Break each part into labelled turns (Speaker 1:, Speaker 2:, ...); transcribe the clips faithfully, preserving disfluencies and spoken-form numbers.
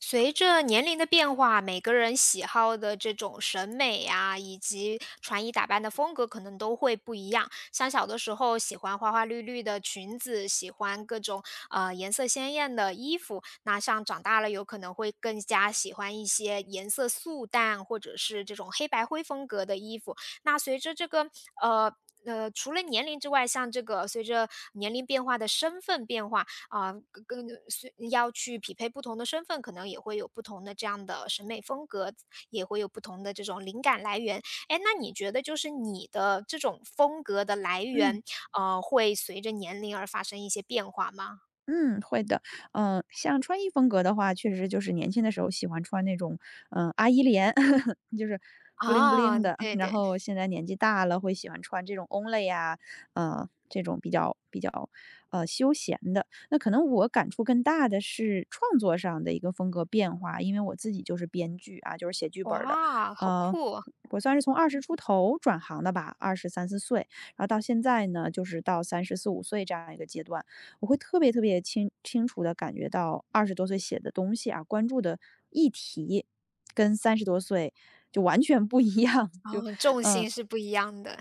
Speaker 1: 随着年龄的变化，每个人喜好的这种审美呀，以及穿衣打扮的风格可能都会不一样。像小的时候喜欢花花绿绿的裙子，喜欢各种呃颜色鲜艳的衣服，那像长大了有可能会更加喜欢一些颜色素淡或者是这种黑白灰风格的衣服。那随着这个呃。呃，除了年龄之外，像这个随着年龄变化的身份变化，啊，跟跟是要去匹配不同的身份，可能也会有不同的这样的审美风格，也会有不同的这种灵感来源。哎，那你觉得就是你的这种风格的来
Speaker 2: 嗯
Speaker 1: 源，呃，会随着年龄而发生一些变化吗？
Speaker 2: 嗯，会的。嗯，像穿衣风格的话，确实就是年轻的时候喜欢穿那种，嗯，呃阿依莲，就是布灵布
Speaker 1: 啊，
Speaker 2: 灵的。
Speaker 1: 对
Speaker 2: 然
Speaker 1: 对，
Speaker 2: 后现在年纪大了，会喜欢穿这种 Only 呀，呃，这种比较比较呃休闲的。那可能我感触更大的是创作上的一个风格变化，因为我自己就是编剧啊，就是写剧本儿的。
Speaker 1: 哇，好
Speaker 2: 呃，
Speaker 1: 酷哦！
Speaker 2: 我算是从二十出头转行的吧，二十三四岁，然后到现在呢，就是到三十四五岁这样一个阶段。我会特别特别清清楚的感觉到二十多岁写的东西啊，关注的议题跟三十多岁就完全不一样，就
Speaker 1: 哦，重心
Speaker 2: 嗯，
Speaker 1: 是不一样的，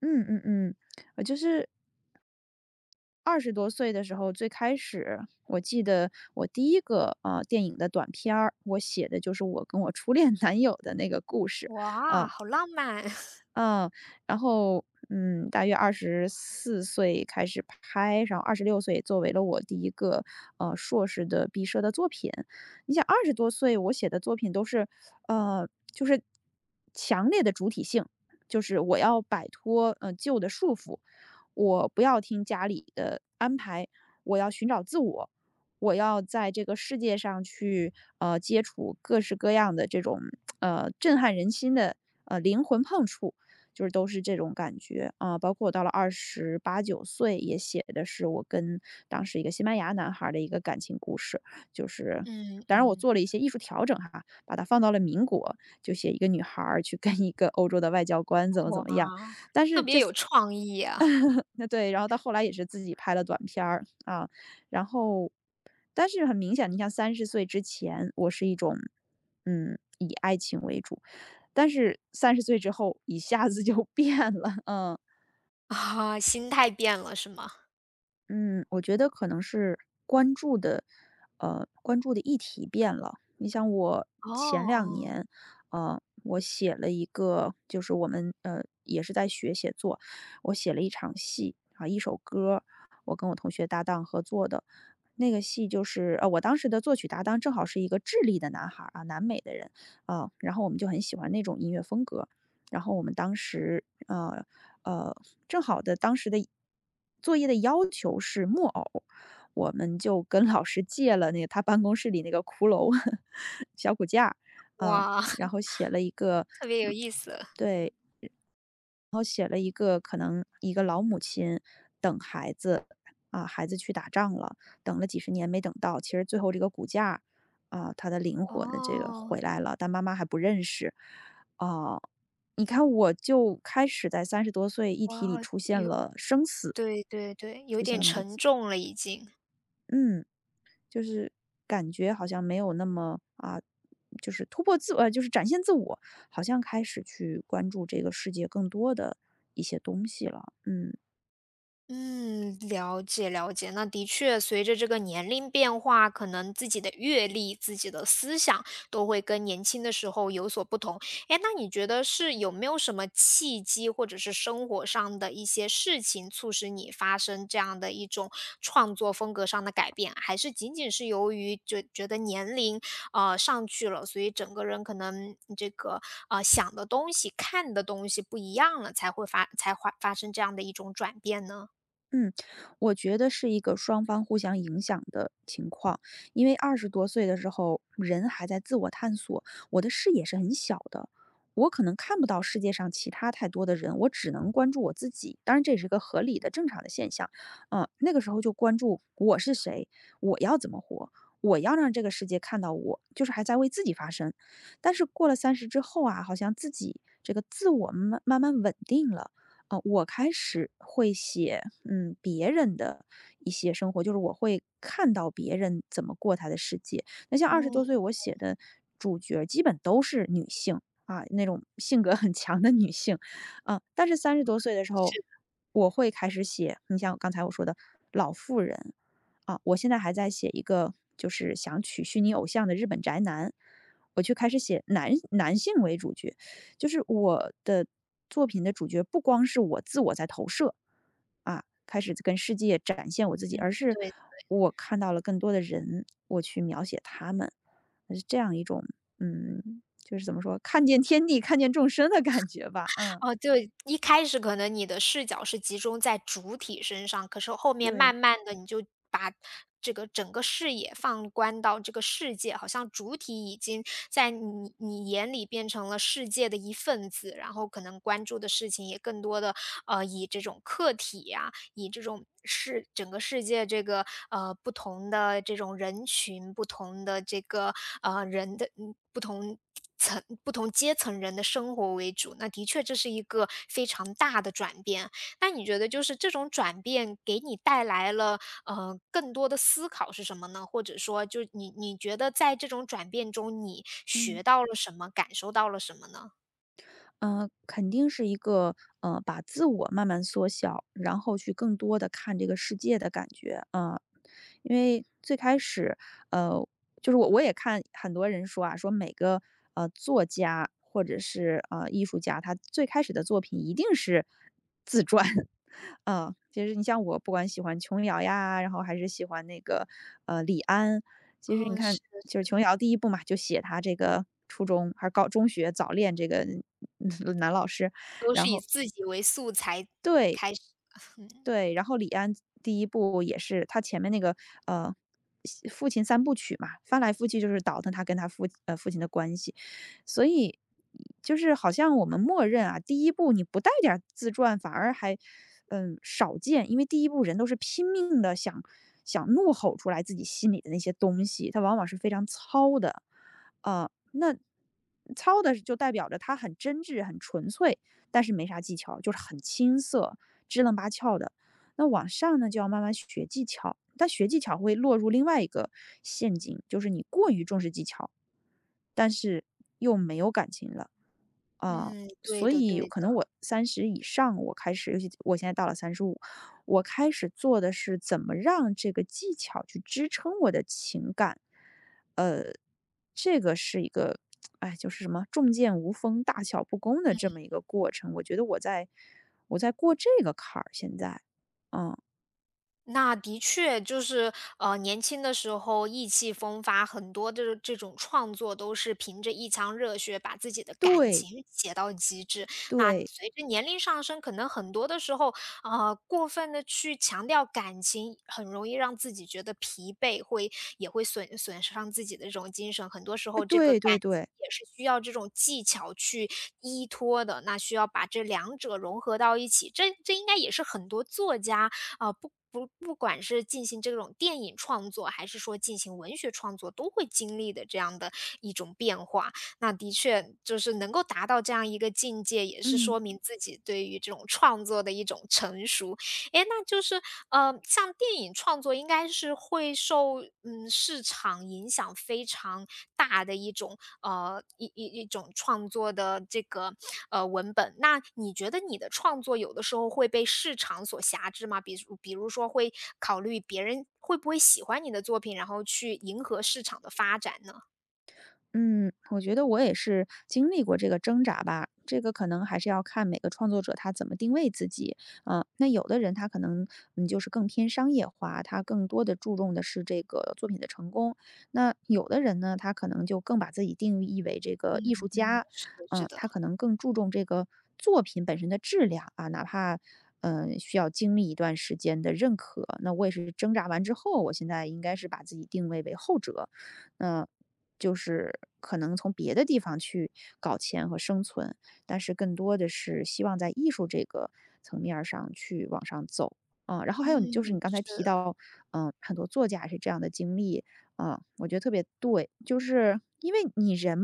Speaker 2: 嗯嗯嗯，我就是二十多岁的时候，最开始我记得我第一个，呃，电影的短片儿，我写的就是我跟我初恋 男友的那个故事，
Speaker 1: 哇，
Speaker 2: 啊，
Speaker 1: 好浪漫，
Speaker 2: 嗯，然后嗯，大约二十四岁开始拍，然后二十六岁作为了我第一个，呃，硕士的毕设的作品。你想二十多岁我写的作品都是，呃，就是强烈的主体性，就是我要摆脱，呃，旧的束缚，我不要听家里的安排，我要寻找自我，我要在这个世界上去，呃，接触各式各样的这种，呃，震撼人心的，呃，灵魂碰触。就是都是这种感觉啊。包括我到了二十八九岁，也写的是我跟当时一个西班牙男孩儿的一个感情故事，就是
Speaker 1: 嗯
Speaker 2: 当然我
Speaker 1: 嗯，
Speaker 2: 做了一些艺术调整哈，把它放到了民国，就写一个女孩儿去跟一个欧洲的外交官怎么怎
Speaker 1: 哇，
Speaker 2: 么样。但
Speaker 1: 特
Speaker 2: 是这
Speaker 1: 别有创意啊，
Speaker 2: 那对，然后到后来也是自己拍了短片儿啊，然后，但是很明显，你像三十岁之前，我是一种，嗯，以爱情为主，但是三十岁之后一下子就变了，嗯。
Speaker 1: 啊，心态变了是吗？
Speaker 2: 嗯，我觉得可能是关注的，呃，关注的议题变了。你像我
Speaker 1: 哦
Speaker 2: 前两
Speaker 1: 哦，
Speaker 2: 年，呃，我写了一个，就是我们呃也是在学写作，我写了一场戏啊，一首歌，我跟我同学搭档合作的。那个戏就是呃，我当时的作曲搭档正好是一个智利的男孩儿啊，南美的人啊，然后我们就很喜欢那种音乐风格，然后我们当时，呃呃，正好的当时的作业的要求是木偶，我们就跟老师借了那个他办公室里那个骷髅 小骨架，啊、
Speaker 1: 哇。
Speaker 2: 然后写了一个，
Speaker 1: 特别有
Speaker 2: 嗯
Speaker 1: 意思。
Speaker 2: 对，然后写了一个可能一个老母亲等孩子，啊，孩子去打仗了，等了几十年没等到，其实最后这个骨架，啊，他的灵魂的这个
Speaker 1: 哦，
Speaker 2: 回来了，但妈妈还不认识。啊，你看我就开始在三十多岁议题里
Speaker 1: 哇，
Speaker 2: 出现
Speaker 1: 有
Speaker 2: 了生死，
Speaker 1: 对对对，有
Speaker 2: 出现
Speaker 1: 点
Speaker 2: 了母
Speaker 1: 沉
Speaker 2: 子。
Speaker 1: 重了已经。
Speaker 2: 嗯，就是感觉好像没有那么啊，就是突破自我呃，就是展现自我，好像开始去关注这个世界更多的一些东西了，嗯。
Speaker 1: 嗯，了解了解。那的确，随着这个年龄变化，可能自己的阅历、自己的思想都会跟年轻的时候有所不同。哎，那你觉得是有没有什么契机，或者是生活上的一些事情，促使你发生这样的一种创作风格上的改变啊？还是仅仅是由于觉觉得年龄呃上去了，所以整个人可能这个呃想的东西、看的东西不一样了，才会发才会发生这样的一种转变呢？
Speaker 2: 嗯，我觉得是一个双方互相影响的情况。因为二十多岁的时候，人还在自我探索，我的视野是很小的，我可能看不到世界上其他太多的人，我只能关注我自己。当然这也是个合理的、正常的现象。嗯，那个时候就关注我是谁，我要怎么活，我要让这个世界看到我，就是还在为自己发声。但是过了三十之后啊，好像自己这个自我慢慢慢稳定了。呃，我开始会写，嗯，别人的一些生活，就是我会看到别人怎么过他的世界。那像二十
Speaker 1: 哦，
Speaker 2: 多岁我写的主角基本都是女性，啊，那种性格很强的女性。啊，但是三十多岁的时候，
Speaker 1: 是
Speaker 2: 我会开始写，你像刚才我说的老妇人，啊，我现在还在写一个就是想娶虚拟偶像的日本宅男，我就开始写男男性为主角。就是我的作品的主角不光是我自我在投射，啊，开始跟世界展
Speaker 1: 的，
Speaker 2: 现我自己，
Speaker 1: 嗯，
Speaker 2: 而是
Speaker 1: 对。
Speaker 2: 我看到了更多的人，我去描写他们，呃是这样一种，嗯，就是怎么说，看见天地，看见众生的感觉吧。嗯，
Speaker 1: 哦，就一开始可能你的视角是集中在主体身上，可是后面
Speaker 2: 对，
Speaker 1: 慢慢的，你就把这个整个视野放观到这个世界，好像主体已经在你你眼里变成了世界的一份子，然后可能关注的事情也更多的，呃，以这种客体呀以这种世整个世界这个呃不同的这种人群、不同的这个呃人的嗯不同层、不同阶层人的生活为主，那的确这是一个非常大的转变。那你觉得就是这种转变给你带来了呃更多的思考是什么呢？或者说，就你你觉得在这种转变中，你
Speaker 2: 嗯。
Speaker 1: 学到了什么，感受到了什么呢？
Speaker 2: 嗯，肯定是一个呃，把自我慢慢缩小，然后去更多的看这个世界的感觉，啊。呃因为最开始，呃，就是我我也看很多人说啊，说每个，呃，作家或者是，呃，艺术家，他最开始的作品一定是自传。嗯，其实你像我不管喜欢琼瑶呀，然后还是喜欢那个，呃，李安，其实你
Speaker 1: 嗯，
Speaker 2: 看
Speaker 1: 是
Speaker 2: 就是琼瑶第一部嘛，就写她这个初中还是高中学早恋这个嗯 男老师，
Speaker 1: 都是以自己为素材
Speaker 2: 对，
Speaker 1: 开始。
Speaker 2: 对，然后李安第一部也是他前面那个呃，父亲三部曲嘛，翻来覆去就是倒腾他跟他父呃，父亲的关系。所以就是好像我们默认啊，第一部你不带点儿自传反而还，嗯，少见。因为第一部人都是拼命的想想怒吼出来自己心里的那些东西，他往往是非常糙的。呃，那糙的就代表着他很真挚、很纯粹，但是没啥技巧，就是很青涩、支棱八翘的。那往上呢，就要慢慢学技巧，但学技巧会落入另外一个陷阱，就是你过于重视技巧，但是又没有感情了。啊，
Speaker 1: 嗯，对
Speaker 2: 所
Speaker 1: 的，
Speaker 2: 以
Speaker 1: 对的。
Speaker 2: 可能我三十以上，我开始，尤其我现在到了三十五，我开始做的是怎么让这个技巧去支撑我的情感。呃，这个是一个，哎，就是什么"重剑无锋，大巧不工"的这么一个过程。我觉得我在我在过这个坎儿，现在。嗯，
Speaker 1: 那的确就是，呃，年轻的时候意气风发，很多的这种创作都是凭着一腔热血，把自己的感
Speaker 2: 对，
Speaker 1: 情写到极致。那
Speaker 2: 对，
Speaker 1: 随着年龄上升，可能很多的时候，呃，过分的去强调感情，很容易让自己觉得疲惫，会也会损损伤自己的这种精神。很多时
Speaker 2: 哎，
Speaker 1: 候，这个
Speaker 2: 对
Speaker 1: 感
Speaker 2: 对
Speaker 1: 情
Speaker 2: 对，
Speaker 1: 也是需要这种技巧去依托的，那需要把这两者融合到一起。这这应该也是很多作家啊，不不不管是进行这种电影创作，还是说进行文学创作，都会经历的这样的一种变化。那的确就是能够达到这样一个境界，也是
Speaker 2: 嗯。
Speaker 1: 说明自己对于这种创作的一种成熟，哎，那就是呃，像电影创作应该是会受嗯市场影响非常大的一种呃一一一种创作的这个呃文本。那你觉得你的创作有的时候会被市场所辖制吗？比如比如说会考虑别人会不会喜欢你的作品，然后去迎合市场的发展呢？
Speaker 2: 嗯，我觉得我也是经历过这个挣扎吧，这个可能还是要看每个创作者他怎么定位自己。嗯，那有的人他可能嗯就是更偏商业化，他更多的注重的是这个作品的成功。那有的人呢，他可能就更把自己定义为这个艺术家，
Speaker 1: 是的，是
Speaker 2: 嗯、他
Speaker 1: 的，
Speaker 2: 可能更注重这个作品本身的质量啊，哪怕。嗯，需要经历一段时间的认可。那我也是挣扎完之后，我现在应该是把自己定位为后者。就是可能从别的地方去搞钱和生存，但是更多的是希望在艺术这个层面儿上去往上走。啊，然后还有就是
Speaker 1: 嗯，
Speaker 2: 你刚才提到，嗯，很多作家是这样的经历，啊，我觉得特别对，就是因为你人，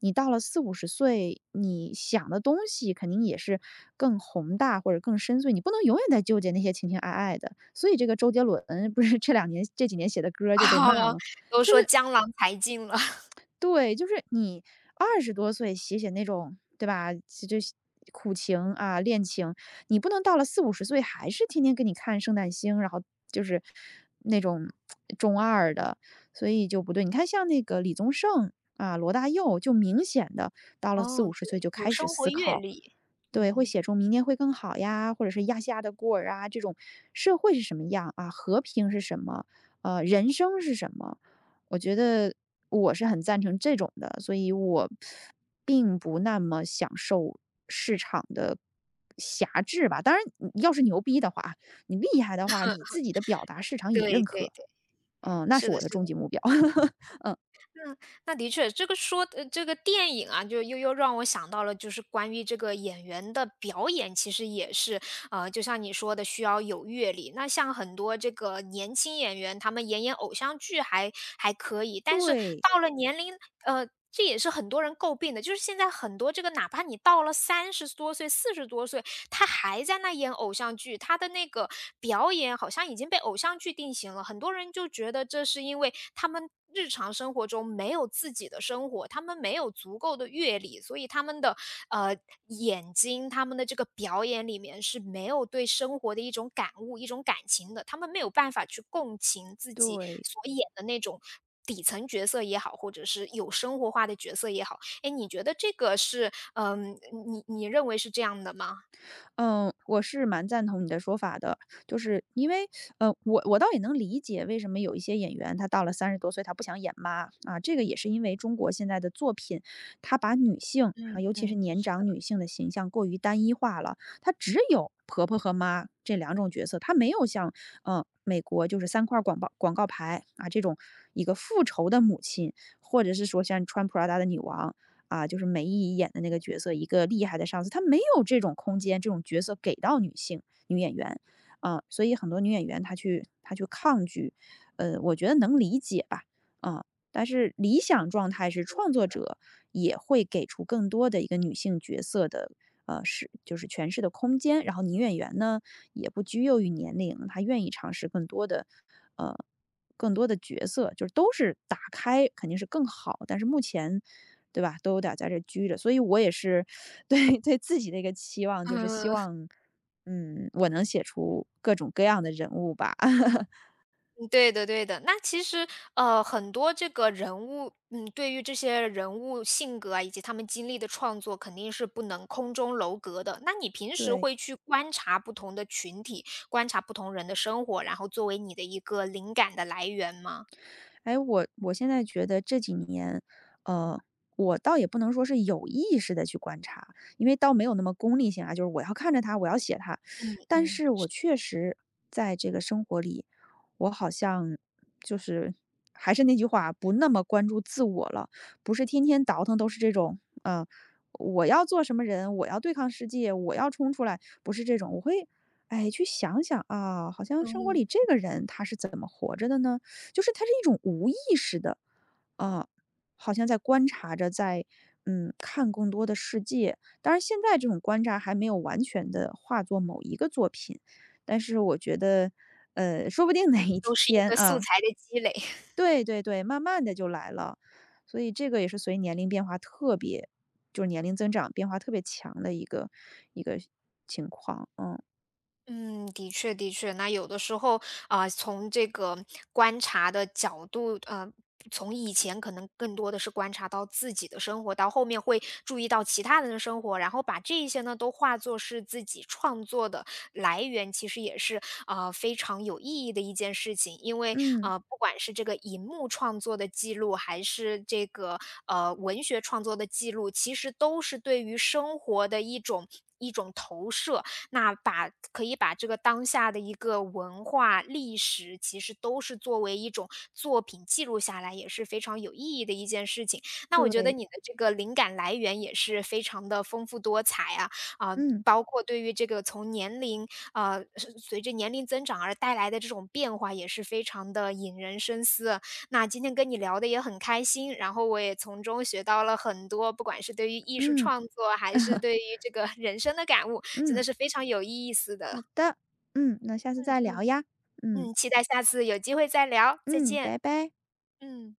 Speaker 2: 你到了四五十岁，你想的东西肯定也是更宏大或者更深邃，你不能永远在纠结那些情情爱爱的。所以这个周杰伦不是这两年这几年写的歌 儿就被
Speaker 1: 啊，
Speaker 2: 骂吗？
Speaker 1: 都说江郎才尽了，
Speaker 2: 对，就是你二十多岁写写那种，对吧？就就苦情啊，恋情，你不能到了四五十岁还是天天给你看圣诞星，然后就是那种中二的，所以就不对。你看像那个李宗盛啊，罗大佑，就明显的到了四
Speaker 1: 哦，
Speaker 2: 五十岁
Speaker 1: 对，
Speaker 2: 就
Speaker 1: 有
Speaker 2: 开始
Speaker 1: 生活
Speaker 2: 思
Speaker 1: 阅
Speaker 2: 考
Speaker 1: 历，
Speaker 2: 对，会
Speaker 1: 嗯，
Speaker 2: 写出明年会更好呀，或者是亚细亚的孤儿啊，这种社会是什么样啊，和平是什么，呃，人生是什么？我觉得我是很赞成这种的，所以我并不那么享受市场的辖制吧。当然，你要是牛逼的话，你厉害的话，你自己的表达市场也
Speaker 1: 对
Speaker 2: 认
Speaker 1: 对
Speaker 2: 可，
Speaker 1: 对。
Speaker 2: 嗯，那
Speaker 1: 是
Speaker 2: 是
Speaker 1: 的，
Speaker 2: 我的
Speaker 1: 是
Speaker 2: 终
Speaker 1: 的，
Speaker 2: 极目标。
Speaker 1: 嗯，那的确，这个说呃，这个电影啊，就又又让我想到了，就是关于这个演员的表演，其实也是，呃，就像你说的，需要有阅历。那像很多这个年轻演员，他们演演偶像剧还还可以，但是
Speaker 2: 对
Speaker 1: 到了年龄，呃，这也是很多人诟病的，就是现在很多这个，哪怕你到了三十多岁、四十多岁，他还在那演偶像剧，他的那个表演好像已经被偶像剧定型了。很多人就觉得这是因为他们日常生活中没有自己的生活，他们没有足够的阅历，所以他们的呃眼睛，他们的这个表演里面是没有对生活的一种感悟、一种感情的，他们没有办法去共情自己
Speaker 2: 对。
Speaker 1: 所演的那种底层角色也好，或者是有生活化的角色也好。哎，你觉得这个是嗯、你你认为是这样的吗？
Speaker 2: 嗯，我是蛮赞同你的说法的，就是因为，呃，我我倒也能理解为什么有一些演员他到了三十多岁他不想演妈啊，这个也是因为中国现在的作品，他把女性啊，
Speaker 1: 嗯，
Speaker 2: 尤其是
Speaker 1: 嗯，
Speaker 2: 年
Speaker 1: 是的
Speaker 2: 长
Speaker 1: 吧。
Speaker 2: 女性的形象过于单一化了，她只有婆婆和妈这两种角色，她没有像嗯，美国就是三块广告广告牌啊这种一个复仇的母亲，或者是说像穿 Prada 的女王啊，就是梅姨演的那个角色，一个厉害的上司，她没有这种空间，这种角色给到女性女演员，啊，所以很多女演员她去她去抗拒，呃，我觉得能理解吧，啊，但是理想状态是创作者也会给出更多的一个女性角色的，呃，是就是诠释的空间，然后女演员呢也不拘囿于年龄，她愿意尝试更多的，呃，更多的角色，就是都是打开肯定是更好，但是目前对吧？都有点儿在这拘着，所以我也是 对对自己的一个期望，就是希
Speaker 1: 嗯，
Speaker 2: 望，嗯，我能写出各种各样的人物吧。
Speaker 1: 对的，对的。那其实，呃，很多这个人物，嗯，对于这些人物性格啊，以及他们经历的创作，肯定是不能空中楼阁的。那你平时
Speaker 2: 对。
Speaker 1: 会去观察不同的群体，观察不同人的生活，然后作为你的一个灵感的来源吗？
Speaker 2: 哎，我我现在觉得这几年，呃，我倒也不能说是有意识的去观察，因为倒没有那么功利性啊，就是我要看着他，我要写他，
Speaker 1: 嗯
Speaker 2: 但
Speaker 1: 嗯
Speaker 2: 是我确实在这个生活里，我好像就是还是那句话，不那么关注自我了，不是天天倒腾都是这种，呃，我要做什么人，我要对抗世界，我要冲出来，不是这种，我会。哎，去想想啊，好像生活
Speaker 1: 嗯，
Speaker 2: 里这个人他是怎么活着的呢？就是它是一种无意识的，啊，好像在观察着，在嗯看更多的世界。当然，现在这种观察还没有完全的化作某一个作品，但是我觉得，呃，说不定哪一
Speaker 1: 都是一
Speaker 2: 天
Speaker 1: 个素
Speaker 2: 啊，
Speaker 1: 材的积累。
Speaker 2: 对对对，慢慢的就来了。所以这个也是随年龄变化特别，就是年龄增长变化特别强的一个一个情况。嗯
Speaker 1: 嗯，的确的确，那有的时候啊、从这个观察的角度，呃，从以前可能更多的是观察到自己的生活，到后面会注意到其他人的生活，然后把这一些呢都化作是自己创作的来源，其实也是啊、非常有意义的一件事情，因为
Speaker 2: 嗯，
Speaker 1: 呃，不管是这个荧幕创作的记录，还是这个呃文学创作的记录，其实都是对于生活的一种。一种投射，那把可以把这个当下的一个文化历史，其实都是作为一种作品记录下来，也是非常有意义的一件事情。那我觉得
Speaker 2: 对，
Speaker 1: 你的这个灵感来源也是非常的丰富多彩啊，啊、
Speaker 2: 嗯
Speaker 1: 包括对于这个从年龄啊，随着年龄增长而带来的这种变化，也是非常的引人深思啊。那今天跟你聊的也很开心，然后我也从中学到了很多，不管是对于艺术
Speaker 2: 嗯
Speaker 1: 创作，还是对于这个人生的感悟。真
Speaker 2: 嗯，
Speaker 1: 的是非常有意思的。
Speaker 2: 好的，嗯，那下次
Speaker 1: 嗯
Speaker 2: 再
Speaker 1: 嗯
Speaker 2: 聊呀。嗯。
Speaker 1: 嗯，期待下次有机会再聊，再
Speaker 2: 嗯，
Speaker 1: 见。
Speaker 2: 拜拜。
Speaker 1: 嗯。